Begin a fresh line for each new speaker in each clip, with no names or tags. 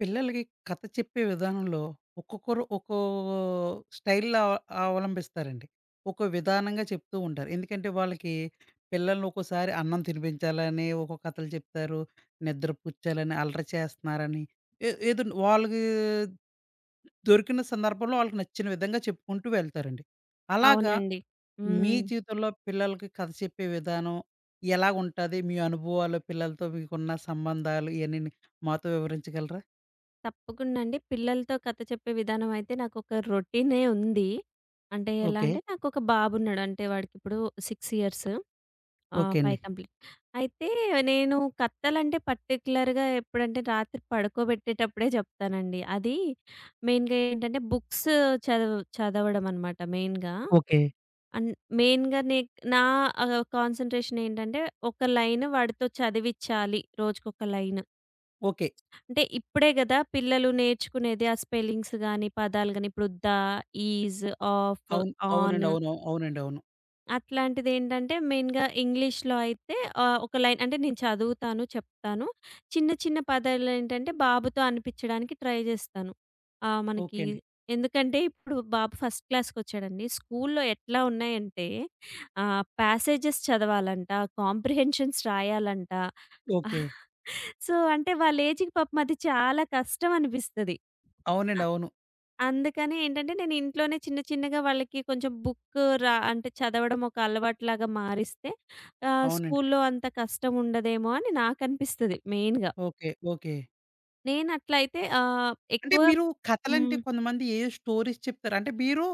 పిల్లలకి కథ చెప్పే విధానంలో ఒక్కొక్కరు ఒక్కో స్టైల్‌లో అవలంబిస్తారండి. ఒక్కో విధానంగా చెప్తూ ఉంటారు. ఎందుకంటే వాళ్ళకి పిల్లల్ని ఒక్కోసారి అన్నం తినిపించాలని ఒక్కో కథలు చెప్తారు. నిద్రపుచ్చాలని, అల్లరి చేస్తున్నారని ఏదో వాళ్ళకి దొరికిన సందర్భంలో వాళ్ళకి నచ్చిన విధంగా చెప్పుకుంటూ వెళ్తారండి. అలాగా
అవునండి.
మీ
హ్మ్.
జీవితంలో పిల్లలకి కథ చెప్పే విధానం ఎలాగుంటది? మీ అనుభవాలు పిల్లలతో మీకున్న సంబంధాలు ఇయన్నీని మాతో వివరించగలరా?
తప్పకుండా అండి. పిల్లలతో కథ చెప్పే విధానం అయితే నాకొక రొటీనే ఉంది. అంటే ఎలా
ఓకే.
అంటే నాకొక బాబున్నాడు. అంటే వాడికిప్పుడు 6 ఇయర్స్.
ఓకే అండి.
5 కంప్లీట్. అయితే నేను కథలంటే పర్టిక్యులర్‌గా ఎప్పుడంటే రాత్రి పడుకోబెట్టేటప్పుడే చెప్తానండి. అది మెయిన్‌గా ఏంటంటే బుక్స్ చదవడం అనమాట మెయిన్‌గా.
ఓకే.
అండ్ మెయిన్‌గా నా కాన్సంట్రేషన్ ఏంటంటే ఒక లైన్ వాడితో చదివిచ్చాలి రోజుకొక లైన్.
ఓకే.
అంటే ఇప్పుడే గదా పిల్లలు నేర్చుకునేది. ఆ స్పెల్లింగ్స్ గాని, పదాలు గాని ఇప్పుడు 'ద', 'ఈజ్', 'ఆఫ్',
అవును.
'ఆన్'
అవునండి. అవును. అవునండి. అవును.
అట్లాంటిదేంటంటే మెయిన్‌గా ఇంగ్లీష్‌లో అయితే ఒక లైన్ అంటే నేను చదువుతాను, చెప్తాను. చిన్న చిన్న పదాలేంటంటే బాబుతో అనిపిచ్చడానికి ట్రై జేస్తాను. మనకి
ఓకే అండి.
ఎందుకంటే ఇప్పుడు బాబు ఫస్ట్ క్లాస్‌కొచ్చాడండి. స్కూల్లో ఎట్లా ఉన్నాయంటే ప్యాసేజెస్ చదవాలంట, కాంప్రిహెన్షన్స్ రాయాలంట.
ఓకే.
సో, అంటే వాళ్ళ ఏజ్‌కి పాపం అది చాలా కష్టం అనిపిస్తది.
అవునండి. అవును.
అందుకని ఏంటంటే, నేను ఇంట్లోనే చిన్న చిన్నగా వాళ్ళకి కొంచెం బుక్ రా అంటే చదవడం ఒక అలవాటులాగా మారిస్తే
అవునండి.
స్కూల్లో అంత కష్టం ఉండదేమో అని నాకనిపిస్తది మెయిన్‌గా.
ఓకే. ఓకే.
నేనట్లయితే
అంటే
ఎక్కువ.
మీరు కథలంటే
హ్మ్.
కొంతమంది ఏయో స్టోరీస్ చెప్తారు. అంటే మీరు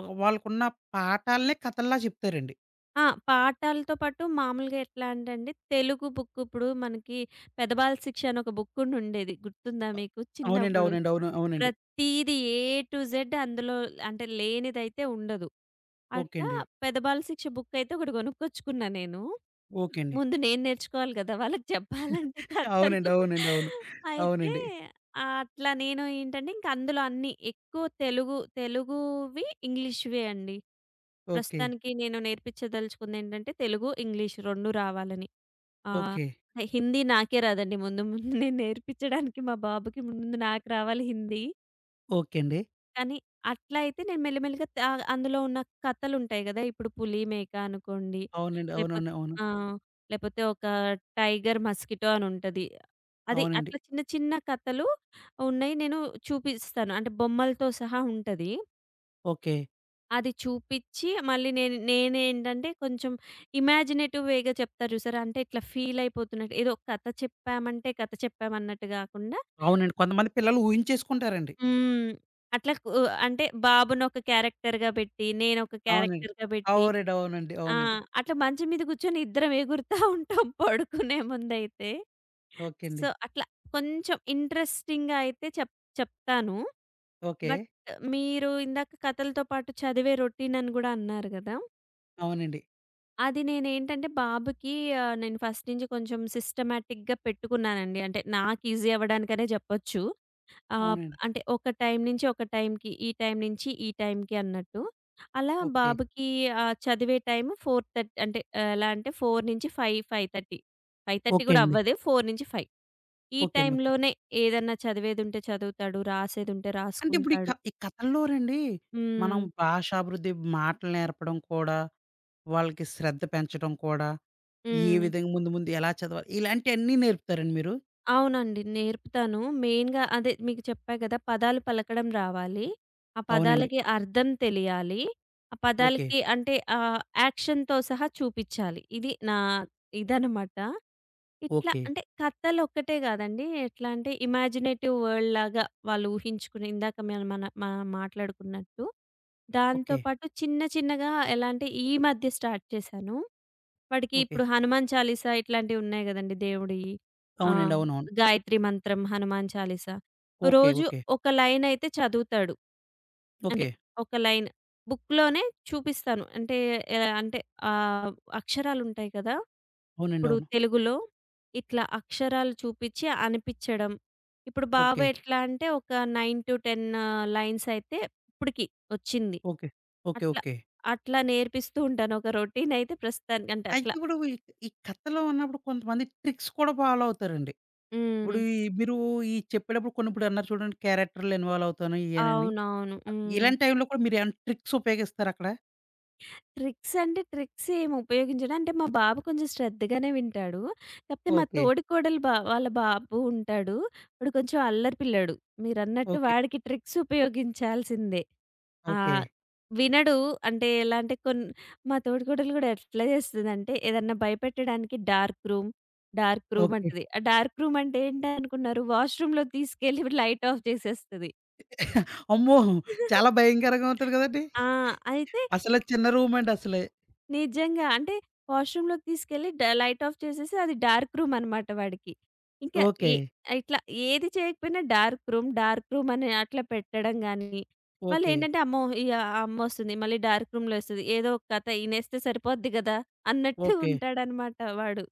ఒక వాళ్ళకున్న పాఠాలనే కథల్లా చెప్తారండి.
ఆ! పాఠాలతో పాటు మామూలుగా ఎట్లా అంటే అండి, తెలుగు బుక్ ఇప్పుడు మనకి 'పెదబాల శిక్ష' అని ఒక బుక్ ఉండుండేది. గుర్తుందా
అ
మీకు
అవునండి.
చిన్నప్పుడు?
అవునండి. అవును. అవునండి.
ప్రతీది ఏ టు జెడ్ అందులో అంటే లేనిదైతే ఉండదు.
ఓకే
అట్లా
అండి.
పెదబాల శిక్ష బుక్ అయితే ఒకటి కొనుక్కొచ్చుకున్నా నేను.
ఓకే అండి.
ముందు నేను నేర్చుకోవాలి కదా! వాళ్ళకి చెప్పాలంటే
అవునండి.
కథలు.
అవునండి. అవును.
అయితే
అవునండి.
అట్లా నేను ఏంటంటే ఇంక అందులో అన్నీ ఎక్కువ తెలుగు తెలుగువి, ఇంగ్లీష్‌వే అండి.
ఓకే.
ప్రస్తుతానికి నేను నేర్పించదలుచుకుందేంటంటే తెలుగు, ఇంగ్లీష్ 2 రావాలని. ఆహ్,
ఓకే.
హిందీ నాకే రాదండి, ముందు ముందు నేను నేర్పించడానికి మా బాబుకి ముందు నాకు రావాలి హిందీ.
ఓకే అండి.
కానీ అట్లా అయితే నేను మెల్లిమెల్లిగా అందులో ఉన్న కథలుంటాయి గదా! ఇప్పుడు 'పులి మేక' అనుకోండి.
అవునండి.
లేపోతే
అవునండి. అవును.
ఆ! లేపోతే ఒక 'టైగర్ మస్కిటో' అని ఉంటది. అది
అవునండి.
అట్లా చిన్న చిన్న కథలు ఉన్నాయి. నేను చూపిస్తాను. అంటే బొమ్మలతో సహా ఉంటది.
ఓకే.
అది చూపిచ్చి మళ్ళీ నేనేంటంటే కొంచెం ఇమాజినేటివ్ వే‌గా చెప్తా జూసారా? అంటే ఇట్లా ఫీల్ అయిపోతున్నట్టు ఏదో కథ చెప్పామంటే కథ చెప్పామన్నట్టు గాకుండా.
అవునండి. కొంతమంది పిల్లలు ఊహించేసుకుంటారండి.
హ్మ్. అట్లా అంటే బాబునొక క్యారెక్టర్‌గా పెట్టి, నేనొక
అవునండి.
క్యారెక్టర్‌గా పెట్టి
అవునండి. అవునండి.
ఆ!
అవునండి.
అట్లా మంచం మీద కూర్చొని ఇద్దరం ఎగురుతా ఉంటాం పడుకునే ముందైతే.
ఓకే
సో,
అండి.
అట్లా కొంచెం ఇంట్రెస్టింగ్‌గా అయితే చెప్తాను.
ఓకే.
బట్ మీరు ఇందాక కథలతో పాటు చదివే రొటీన్ అని గూడా అన్నారు గదా!
అవునండి.
అది నేనేంటంటే బాబుకి నేను ఫస్ట్ నుంచి కొంచెం సిస్టమాటిక్‌గా పెట్టుకున్నానండి. అంటే నాకు ఈజీ అవ్వడానికనే చెప్పొచ్చు. ఆహ్,
అవునండి.
అంటే ఒక టైం నుంచి ఒక టైంకి, ఈ టైం నుంచి ఈ టైంకి అన్నట్టు. అలా
ఓకే.
బాబుకి చదివే టైము 4:30 అంటే ఎలా అంటే 4 నుంచి 5, 5:30. 5:30
ఓకే
కూడా
అండి.
అవ్వదు. 4-5 ఈ
ఓకే అండి. ఓకే.
టైంలోనే ఏదన్నా చదివేదుంటే చదువుతాడు. రాసేదుంటే
అంటే ఇప్పుడు ఈ క
రాసుకుంటాడు.
ఈ కథల్లోనండి మనం
హ్మ్.
భాషాభివృద్ధి మాటలు నేర్పడం కూడా, వాళ్ళకి శ్రద్ధ పెంచడం కూడా, ఏ
హ్మ్.
విధంగా ముందు ముందు ఎలా చదవాలి ఇలాంటియన్నీ నేర్పుతారండి మీరు?
అవునండి. నేర్పుతాను. మెయిన్‌గా అదే మీకు చెప్పా కదా! పదాలు పలకడం రావాలి. ఆ
అవునండి.
పదాలకి అర్థం తెలియాలి. ఆ
ఓకే.
పదాలకి అంటే యాక్షన్‌తో సహా చూపిచ్చాలి. ఇది ఇదనమాట. ఇట్లా
ఓకే.
అంటే కథలొక్కటే కాదండి. ఎట్లా అంటే ఇమాజినేటివ్ వరల్డ్ లాగా వాళ్ళు ఊహించుకుని ఇందాక మనం మనం మాట్లాడుకున్నట్టు. దాంతో
ఓకే.
పాటు చిన్న చిన్నగా ఎలా అంటే ఈ మధ్య స్టార్ట్ చేశాను. వాడికి
ఓకే.
ఇప్పుడు 'హనుమాన్ చాలీసా' ఇట్లాంటివున్నాయి గదండీ దేవుడియి. ఆ!
అవునండి. అవునవును.
గాయత్రి మంత్రం, 'హనుమాన్ చాలీసా'
ఓకే.
రోజు
ఓకే.
ఒక లైనయితే చదువుతాడు. అంటే
ఓకే.
ఒక లైన్ బుక్‌లోనే చూపిస్తాను. అంటే ఎలా అంటే ఆహ్, అక్షరాలుంటాయి కదా!
అవునండి.
ఇప్పుడు
అవును.
తెలుగులో ఇట్లా అక్షరాలు చూపిచ్చి అనిపిచ్చడం. ఇప్పుడు బాబు
ఓకే.
ఎట్లా అంటే ఒక 9-10 లైన్సయితే ఇప్పటికి వచ్చింది.
ఓకే. ఓకే.
అట్లా
ఓకే.
అట్లా నేర్పిస్తూ ఉంటాను. ఒక రొటీనయితే ప్రస్తుతానికంటే
అయితే
అట్లా.
ఇప్పుడు ఈ ఈ కథలో ఉన్నప్పుడు కొంతమంది ట్రిక్స్ కూడా ఫాలో అవుతారండి.
హ్మ్.
ఇప్పుడు ఈ మీరు ఈ చెప్పేటప్పుడు కొన్ని ఇప్పుడు అన్నారు చూడండి క్యారెక్టర్‌లో ఇన్వాల్వ్ అవుతాను ఇయేనని.
అవునవును. హ్మ్.
ఇలాంటి టైంలో కూడా మీరేమైనా ట్రిక్స్ ఉపయోగిస్తారా అక్కడ?
ట్రిక్స్ అంటే ట్రిక్స్ ఏమి ఉపయోగించడం అంటే మా బాబు కొంచెం శ్రద్ధగానే వింటాడు. కాకపోతే మా
ఓకే.
తోడికోడలు వాళ్ళ బాబు ఉంటాడు. వాడు కొంచెం అల్లరి పిల్లాడు. మీరన్నట్టు
ఓకే.
వాడికి ట్రిక్స్ ఉపయోగించాల్సిందే.
ఓకే.
ఆహ్, వినడు, అంటే ఎలా అంటే కొన్ని మా తోడికోడలు కూడా ఎట్లా చేస్తదంటే ఏదన్నా భయపెట్టడానికి dark room, dark room
okay.
అంటది. ఆ డార్క్ రూమ్ అంటే ఏంటనుకున్నారు? వాష్‌రూమ్‌లోకి తీసుకెళ్ళి లైట్ ఆఫ్ చేసేస్తది.
అమ్మో! చాలా భయంకరంగా ఉంటది కదండీ!
ఆ! అయితే
అసలు చిన్న రూమండి అసలే.
నిజంగా. అంటే వాష్‌రూమ్‌లోకి తీసుకెళ్ళి లైట్ ఆఫ్ చేసేసి అది డార్క్ రూమ్ అనమాట వాడికి. ఇంకా
ఓకే.
ఏ ఇట్లా ఏది చేయకపోయినా డార్క్ రూమ్, డార్క్ రూమ్ అని అట్లా పెట్టడం గానీ,
ఓకే.
వాళ్ళేంటంటే అమ్మో! ఈ ఆ అమ్మొస్తుంది. మళ్ళీ డార్క్ రూమ్‌లో ఏస్తది. ఏదో ఒక కథ ఈనేస్తే సరిపోద్ది గదా! అన్నట్టు
ఓకే.
ఉంటాడనమాట వాడు.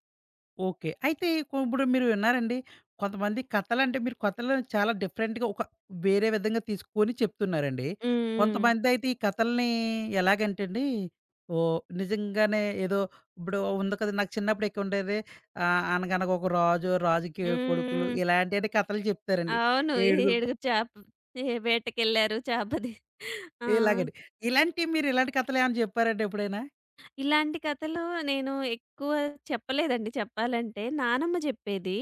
ఓకే. అయితే ఇప్పుడు మీరు విన్నారండి. కొంతమంది కథలంటే మీరు కథలను చాలా డిఫరెంట్‌గా ఒక వేరే విధంగా తీసుకొని చెప్తున్నారండి.
హ్మ్. హ్మ్.
కొంతమందైతే ఈ కథల్ని ఎలాగంటే అండి ఓహ్! నిజంగానే ఏదో ఇప్పుడు ఉంది కదా! నాకు చిన్నప్పుడు ఎక్కువుండేది అనగనగా ఒక రాజు, రాజుకి 7 కొడుకులు
హ్మ్. హ్మ్.
ఇలాంటియన్ని కథలు చెప్తారండి.
అవును.
ఏడుగురు
ఏడుగురు చేప ఏ వేటకెళ్లారు చేప ది ఆ!
ఇలాగండి. ఇలాంటియి మీరిలాంటి కథలేమన్నా చెప్పారండి ఎప్పుడైనా?
ఇలాంటి కథలు నేను ఎక్కువ చెప్పలేదండి చెప్పాలంటే. నానమ్మ జెప్పేది.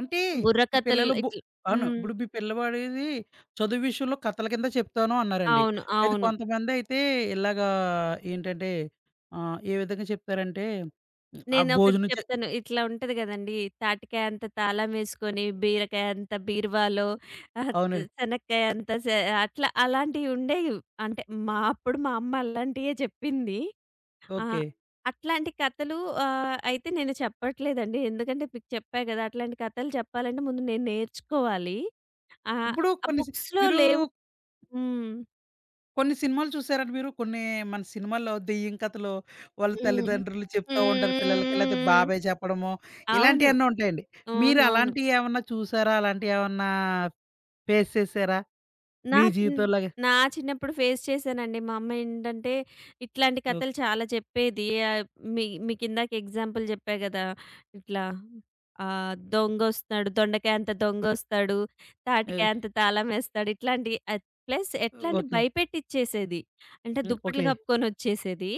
అంటే ఇప్పుడు
బుర్రకథలు
పిల్లలు
ఇట్లా.
అవును.
హ్మ్.
ఇప్పుడు మీ పిల్లవాడిది చదువు విషయంలో కథల కింద చెప్తాను అన్నారండి.
అవును.
అయితే
అవును.
కొంతమందయితే ఇలాగా ఏంటంటే ఏ విధంగా చెప్తారంటే ఆ
నేనొకటి
భోజనం చే
చెప్తాను. ఇట్లా ఉంటది గదండీ! తాటికాయ అంత తాళమేసుకొని, బీరకాయ అంత బీరువాలో, ఆహ్,
అవునండి.
శనక్కాయ అంత అట్లా అలాంటివి ఉండేవి. అంటే, మా అప్పుడు మా అమ్మ అలాంటియే చెప్పింది. ఆ!
ఓకే.
అట్లాంటి కథలు అయితే నేను చెప్పట్లేదండి. ఎందుకంటే మీకు చెప్పా గదా! అట్లాంటి కథలు చెప్పాలంటే ముందు నేను నేర్చుకోవాలి. ఆహ్,
ఇప్పుడు
ఆ
కొన్ని
బుక్స్‌లో
మీరు
లేవు. హ్మ్.
కొన్ని సినిమాలు చూసారండి మీరు? కొన్ని మన సినిమాల్లో దెయ్యం కథలు వాళ్ళ
హ్మ్.
తల్లిదండ్రులు చెప్తా ఉంటారు పిల్లలకి. లేతే
హ్మ్.
బాబాయ్ చెప్పడము
అవును.
ఇలాంటియన్నీ ఉంటాయండి. మీరు
అవునవును.
అలాంటియేమన్నా చూసారా? అలాంటియేమన్నా ఫేస్ చేసారా?
నా
మీ
చిన్
జీవితంలాగా?
నా చిన్నప్పుడు ఫేస్ చేశానండి. మా అమ్మ ఏంటంటే, ఇట్లాంటి కథలు
ఓకే.
చాలా చెప్పేది. ఆహ్, మీ మీకిందాక ఎగ్జాంపుల్ చెప్పా గదా! ఇట్లా దొంగొస్తాడు, దొండకాయంత దొంగొస్తాడు,
హ్మ్.
తాటికాయంత తాళమేస్తాడు ఇట్లాంటి. ప్లస్ ఎట్లా అంటే
ఓకే.
భయపెట్టిచ్చేసేది. అంటే
హ్మ్.
దుప్పట్లు
ఓకే.
కప్పుకొనొచ్చేసేది.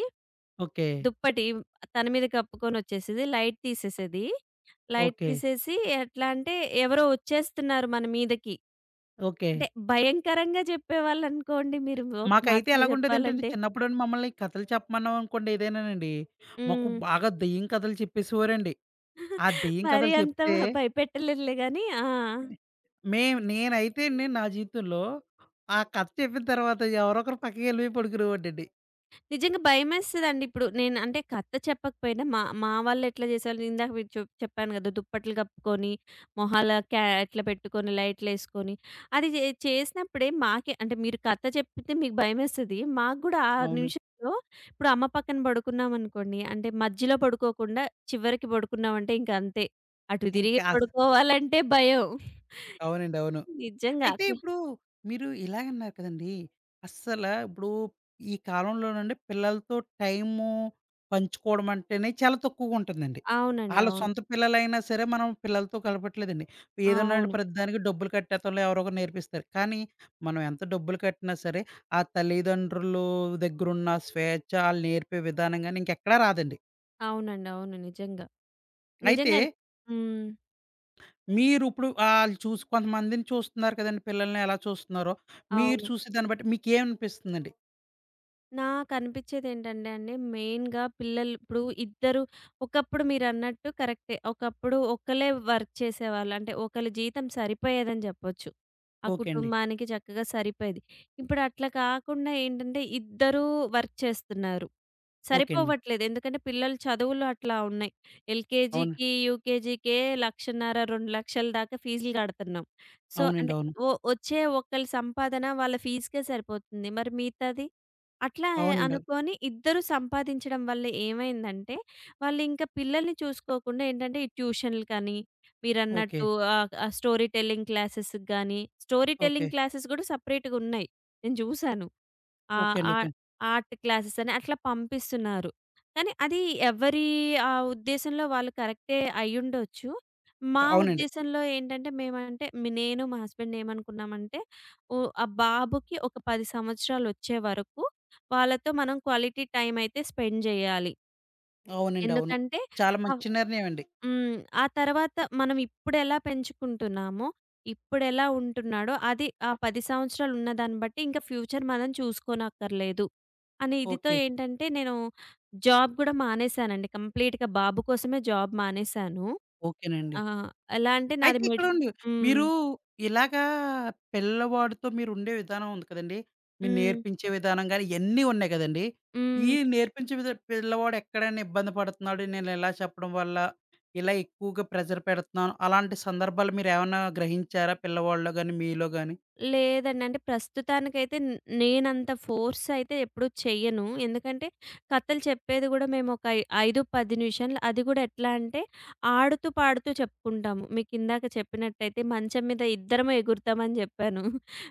ఓకే.
దుప్పటి తన మీద కప్పుకొనొచ్చేసేది. లైట్ తీసేసేది. Light
okay.
తీసేసి ఎట్లా అంటే ఎవరో వచ్చేస్తున్నారు మన మీదకి.
ఓకే.
అంటే భయంకరంగా జెప్పేవాళ్ళనుకోండి మీరు ఒక
మాకైతే
మాటలో
ఎలాగుండేదంటేండి
జెప్పాలంటే.
చిన్నప్పుడండి మమ్మల్ని కథలు చెప్పమన్నామనుకోండి ఏదైనానండి, మాకు
హ్మ్. మరీ
బాగా దెయ్యం కథలు చెప్పేసేవారండి. ఆ దెయ్యం కథలు
అంత
చెప్తే
భయపెట్టలేదులే గానీ. ఆ!
మేము నేనైతే అండి నా జీవితంలో ఆ కథ చెప్పిన తర్వాత ఎవరో ఒకరు పక్కకెళ్ళిపోయి పడుకునేవాడినండి.
నిజంగా భయమేస్తదండి. ఇప్పుడు నేను అంటే కథ చెప్పకపోయినా మా మా వాళ్ళెట్లా చేసేవాళ్ళు ఇందాక మీకు చెప్పాను గదా! దుప్పట్లు కప్పుకొని, మొహాల క్యా ఇట్లా పెట్టుకొని, లైట్‌లేసుకొని అది చేసినప్పుడే మాకే, అంటే మీరు కథ చెప్తే మీకు భయమేస్తది. మాకు గూడా ఆ
అవును.
నిమిషంలో ఇప్పుడు అమ్మ పక్కన పడుకున్నామనుకోండి, అంటే మధ్యలో పడుకోకుండా చివరికి పడుకున్నామంటే ఇంక అంతే. అటు తిరిగి
ఇంకా
పడుకోవాలంటే భయం.
అవునండి. అవును.
నిజంగా.
అయితే
అట్లా.
ఇప్పుడు మీరు ఇలాగన్నారు కదండీ! అస్సల ఇప్పుడు ఈ కాలంలోనండి పిల్లలతో టైము పంచుకోవడం అంటేనే చాలా తక్కువగుంటుందండి.
అవునండి.
ఆళ్ళ
అవును.
సొంత పిల్లలైనా సరే మనం పిల్లలతో కలపట్లేదండి. ఏదన్నా
అవును.
ప్రతిదానికి డబ్బులు కట్టేత్తంలో ఎవరో ఒకరు నేర్పిస్తారు. కానీ మనం ఎంత డబ్బులు కట్టినా సరే ఆ తల్లిదండ్రులు దగ్గరున్న స్వేచ్ఛ ఆళ్ళు నేర్పే విధానం గాని ఇంకెక్కడా రాదండి.
అవునండి. అవును. నిజంగా.
అయితే
నిజంగా. హ్మ్.
మీరు ఇప్పుడు ఆళ్ళు చూసి కొంతమందిని చూస్తున్నారు కదండీ! పిల్లల్ని ఎలా చూస్తున్నారో మీరు
అవును.
చూసే దాన్ని బట్టి మీకేమనిపిస్తుందండి?
నాకనిపిచ్చేదేంటంటే అండి, మెయిన్‌గా పిల్లలు ఇప్పుడు ఇద్దరు, ఒకప్పుడు మీరన్నట్టు కరెక్టే. ఒకప్పుడు ఒక్కళ్ళే వర్క్ చేసేవాళ్ళు. అంటే ఒకళ్ళ జీతం సరిపోయేదని జెప్పొచ్చు. ఆ
ఓకే అండి.
కుటుంబానికి చక్కగా సరిపోయేది. ఇప్పుడు అట్లా కాకుండా ఏంటంటే, ఇద్దరూ వర్క్ చేస్తున్నారు.
ఓకే అండి.
సరిపోవట్లేదు. ఎందుకంటే పిల్లలు చదువులు అట్లా ఉన్నాయి.
అవును.
ఎల్‌కేజీకి, యూకేజీకే 1,500,000, 2,00,000 దాకా ఫీజులు కడుతున్నాం. సో,
అవునండి.
అంటే
అవును.
వచ్చే ఒకళ్ళ సంపాదన వాళ్ళ ఫీజుకే సరిపోతుంది. మరి మిగతాది? అట్లా
అవునండి.
అనుకోని ఇద్దరు సంపాదించడం వల్ల ఏమైందంటే, వాళ్ళింకా పిల్లల్ని చూసుకోకుండా ఏంటంటే, ఈ ట్యూషన్‌లు కానీ,
ఓకే.
మీరన్నట్టు ఆహ్, ఆహ్, స్టోరీ టెల్లింగ్ క్లాసెస్‌కి గానీ, స్టోరీ
ఓకే.
టెల్లింగ్ క్లాసెస్ గూడా సెపరేట్‌గున్నాయి. నేను జూసాను. ఆ!
ఓకే అండి. ఓకే
ఆహ్,
అండి.
ఆర్ట్ క్లాసెస్ అని అట్లా పంపిస్తున్నారు. కానీ అది ఎవరి ఉద్దేశంలో వాళ్ళు కరెక్టే అయ్యుండొచ్చు. మా
అవునండి.
ఉద్దేశంలో ఏంటంటే మేమంటే మి నేను మా హస్బెండ్ ఏమనుకున్నామంటే ఓ ఆ బాబుకి ఒక 10 సంవత్సరాలొచ్చే వరకు వాళ్ళతో మనం క్వాలిటీ టైమ్ అయితే స్పెండ్ జేయాలి.
అవునండి. అవును.
ఎందుకంటే
చాలా
ఆ.
మంచి నిర్ణయం అండి.
హ్మ్. ఆ తర్వాత మనం ఇప్పుడెలా పెంచుకుంటున్నామో, ఇప్పుడెలా ఉంటున్నాడో అది ఆ 10 సంవత్సరాలు ఉన్న దాన్ని బట్టి ఇంకా ఫ్యూచర్ మనం చూసుకోనక్కర్లేదు. అనే ఇదితో
ఓకే.
ఏంటంటే నేను జాబ్ గూడా మానేశానండి. కంప్లీట్‌గా బాబు కోసమే జాబ్ మానేశాను.
ఓకేనండి.
ఆహ్, ఎలా అంటే నాది
అయితే
మిడిల్.
ఇక్కడండి
హ్మ్.
మీరు ఇలాగా పిల్లవాడితో మీరుండే విధానం ఉంది కదండీ. మీరు
హ్మ్.
నేర్పించే విధానం గాని ఇయన్నీ ఉన్నాయి కదండీ. ఈ
హ్మ్.
నేర్పించే పిల్లవాడు ఎక్కడైనా ఇబ్బంది పడుతున్నాడు. నేను ఇలా చెప్పడం వల్ల, ఇలా ఎక్కువగా ప్రెషర్ పెడుతున్నాను. అలాంటి సందర్భాలు మీరేమన్నా గ్రహించారా పిల్లవాడిలో గాని, మీలో గాని?
లేదండి. అంటే ప్రస్తుతానికైతే నేనంత ఫోర్స్ అయితే ఎప్పుడూ చెయ్యను. ఎందుకంటే, కథలు చెప్పేది గూడా మేమొక 5, 10 నిమిషాలు. అది గూడా ఎట్లా అంటే, ఆడుతూ, పాడుతూ చెప్పుకుంటాము. మీకిందాక చెప్పినట్టయితే మంచం మీద ఇద్దరము ఎగురుతామని జెప్పాను.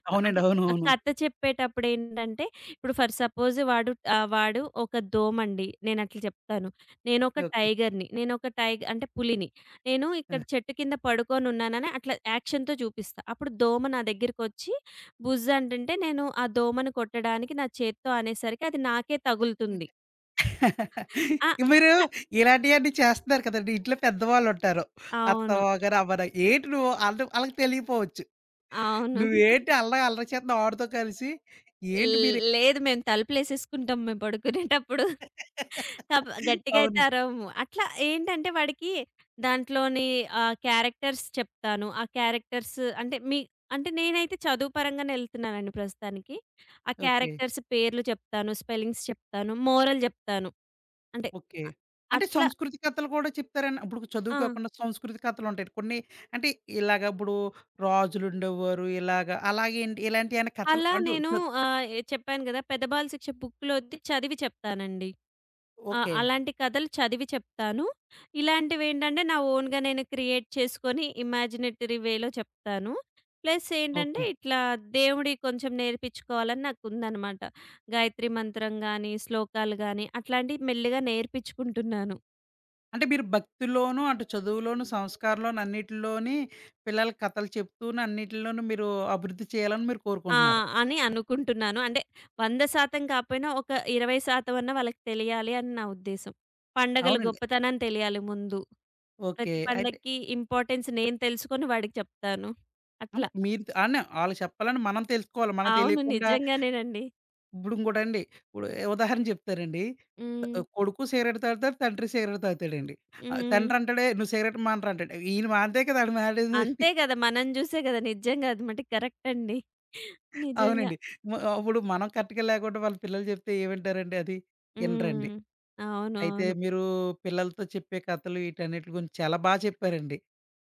అవునండి.
అంటే,
అవును.
ఆ
అవును.
కథ చెప్పేటప్పుడేంటంటే, ఇప్పుడు ఫర్ సపోజ్ వాడు, వాడు ఒక దోమండి. నేనట్లా చెప్తాను. నేనొక
ఓకే.
టైగర్‌ని. నేనొక టైగ్ అంటే పులిని. నేను
ఆ!
ఇక్కడ చెట్టు కింద పడుకొనున్నానని అట్లా యాక్షన్‌తో చూపిస్తా. అప్పుడు దోమ నా దగ్గరికొచ్చి బుజ్ అంటుంటే నేను ఆ దోమను కొట్టడానికి నా చేత్తో అనేసరికి అది నాకే తగులుతుంది. ఆ!
మీరు
అట్లా.
ఇలాంటియన్నీ చేస్తున్నారు కదండీ! ఇంట్లో పెద్దవాళ్ళుంటారు.
అవును.
అత్తమావగారు, అమ్మగారు ఏంటి నువ్వు ఆళ్ళకి తెలియపోవచ్చు.
అవును.
నువ్వేంటి అల్లరి అల్లరి చేత్తున్నావు ఆడితో కలిసి? ఏంటి మీరు
లేదు, మేము తలుపులేసేసుకుంటాం మేము పడుకునేటప్పుడు. తబ్ గట్టిగా అయితే
అవును.
అరవము. అట్లా ఏంటంటే వాడికి దాంట్లోని క్యారెక్టర్స్ చెప్తాను. ఆ క్యారెక్టర్స్ అంటే అంటే నేనైతే చదువు పరంగానే ఎళ్తున్నానండి ప్రస్తుతానికి. ఆ
ఓకే.
క్యారెక్టర్స్ పేర్లు చెప్తాను. స్పెల్లింగ్స్ చెప్తాను. మోరల్ చెప్తాను. అంటే
ఓకే.
అ
అంటే
అట్లా.
సంస్కృతి కథలు కూడా చెప్తారని ఇప్పుడు చదువు
ఆ!
కాకుండా సంస్కృతి కథలుంటాయి. కొన్ని అంటే ఇలాగ ఇప్పుడు రాజులుండేవారు ఇలాగ అలాగేంటి ఇలాంటియేమైనా కథలు
అలా
అంటే
నేను
చ
ఆహ్, ఎ చెప్పాను గదా! పెద్దబాల శిక్ష బుక్‌లోది చదివి చెప్తానండి. ఆ!
ఓకే.
అలాంటి కథలు చదివి చెప్తాను. ఇలాంటివేంటంటే నా ఓన్‌గా నేను క్రియేట్ చేసుకొని ఇమాజినేటరీ వేలో చెప్తాను. ప్లస్ ఏంటంటే
ఓకే.
ఇట్లా దేవుడియి కొంచెం నేర్పించుకోవాలని నాకుందనమాట. గాయత్రి మంత్రం గాని, శ్లోకాలు గాని అట్లాంటియి మెల్లిగా నేర్పించుకుంటున్నాను.
అంటే మీరు భక్తిలోను, అటు చదువులోను, సంస్కారంలోను అన్నిటిలోని పిల్లలకి కథలు చెప్తూను అన్నిటిలోనూ మీరు అభివృద్ధి చేయాలని మీరు
ఆ!
కోరుకుంటున్నారు.
అని అనుకుంటున్నాను. అంటే 100% కాపోయినా ఒక 20% అన్నా వాళ్ళకి తెలియాలి అని నా ఉద్దేశం. పండగల
అవునండి.
గొప్పతనం తెలియాలి ముందు.
ఓకే.
ప్రతి
అయితే
పండక్కి ఇంపార్టెన్స్ నేను తెలుసుకొని వాడికి చెప్తాను. అట్లా.
అంటే మీరు అనే ఆళ్ళు చెప్పాలని మనం తెలుసుకోవాలి. మనం
అవును.
తెలియకుండా
నిజంగానేనండి.
ఇప్పుడు ఇంకోటండి ఇప్పుడు ఉదాహరణ చెప్తానండి.
హ్మ్.
కొడుకు సిగరెట్ తాగుతాడు. తండ్రి సిగరెట్ తాగుతాడండి.
హ్మ్.
తండ్రి అంటాడు "ఏయ్! నువ్వు సిగరెట్ మానరా" అంటాడు. ఈయన మానితే కదా ఆడు మానేది.
అంతే గదా! మనం జూసే గదా! నిజంగా అది మటికి కరెక్ట్ అండి. నిజంగా.
అవునండి. అప్పుడు మనం కరెక్ట్‌గా లేకుండా వాళ్ళ పిల్లలు చెప్తే ఏమంటారండి అది? వినరండి.
హ్మ్.
అయితే
అవునవును.
మీరు పిల్లలతో చెప్పే కథలు వీటన్నిటి గురించి చాలా బాగా చెప్పారండి.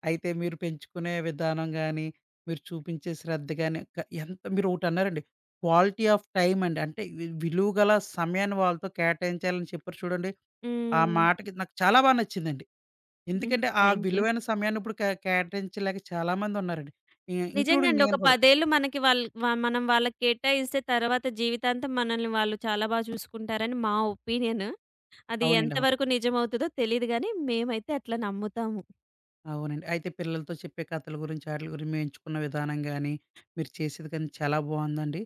అయితే మీరు పెంచుకునే విధానం గాని, మీరు చూపించే శ్రద్ధ గాని, ఎంత మీరొకటన్నారండి. క్వాలిటీ ఆఫ్ టైమ్ అండి. అంటే విలువ గల సమయాన్ని వాళ్ళతో కేటాయించాలని చెప్పారు చూడండి. ఆ
హ్మ్.
మాటకి నాకు చాలా బాగా నచ్చిందండి. ఎందుకంటే ఆ
థాంక్ యూ.
విలువైన సమయాన్ని ఇప్పుడు కేటాయించలేక చాలామందున్నారండి.
నిజంగా
ఇంక్లూడింగ్
అండి. ఒక
నేను కూడా.
10 ఏళ్ళు మనకి వాళ్ళు వ మనం వాళ్ళకి కేటాయిస్తే తర్వాత జీవితాంతం మనల్ని వాళ్ళు చాలా చూసుకుంటారని మా ఒపీనియన్. అది
అవునండి. అవును.
ఎంతవరకు నిజమవుతదో తెలీదు గానీ, మేమైతే అట్లా నమ్ముతాము.
అవునండి. అయితే పిల్లలతో చెప్పే కథల గురించి, ఆటిల గురించి మేము ఎంచుకున్న విధానం గాని, మీరు చేసేది కానీ చాలా బావుందండి.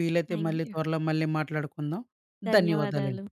వీలైతే
థాంక్
మళ్ళీ
యూ.
త్వరలో మళ్ళీ మాట్లాడుకుందాం.
ధన్యవాదాలు.
ధన్యవాదాలండి.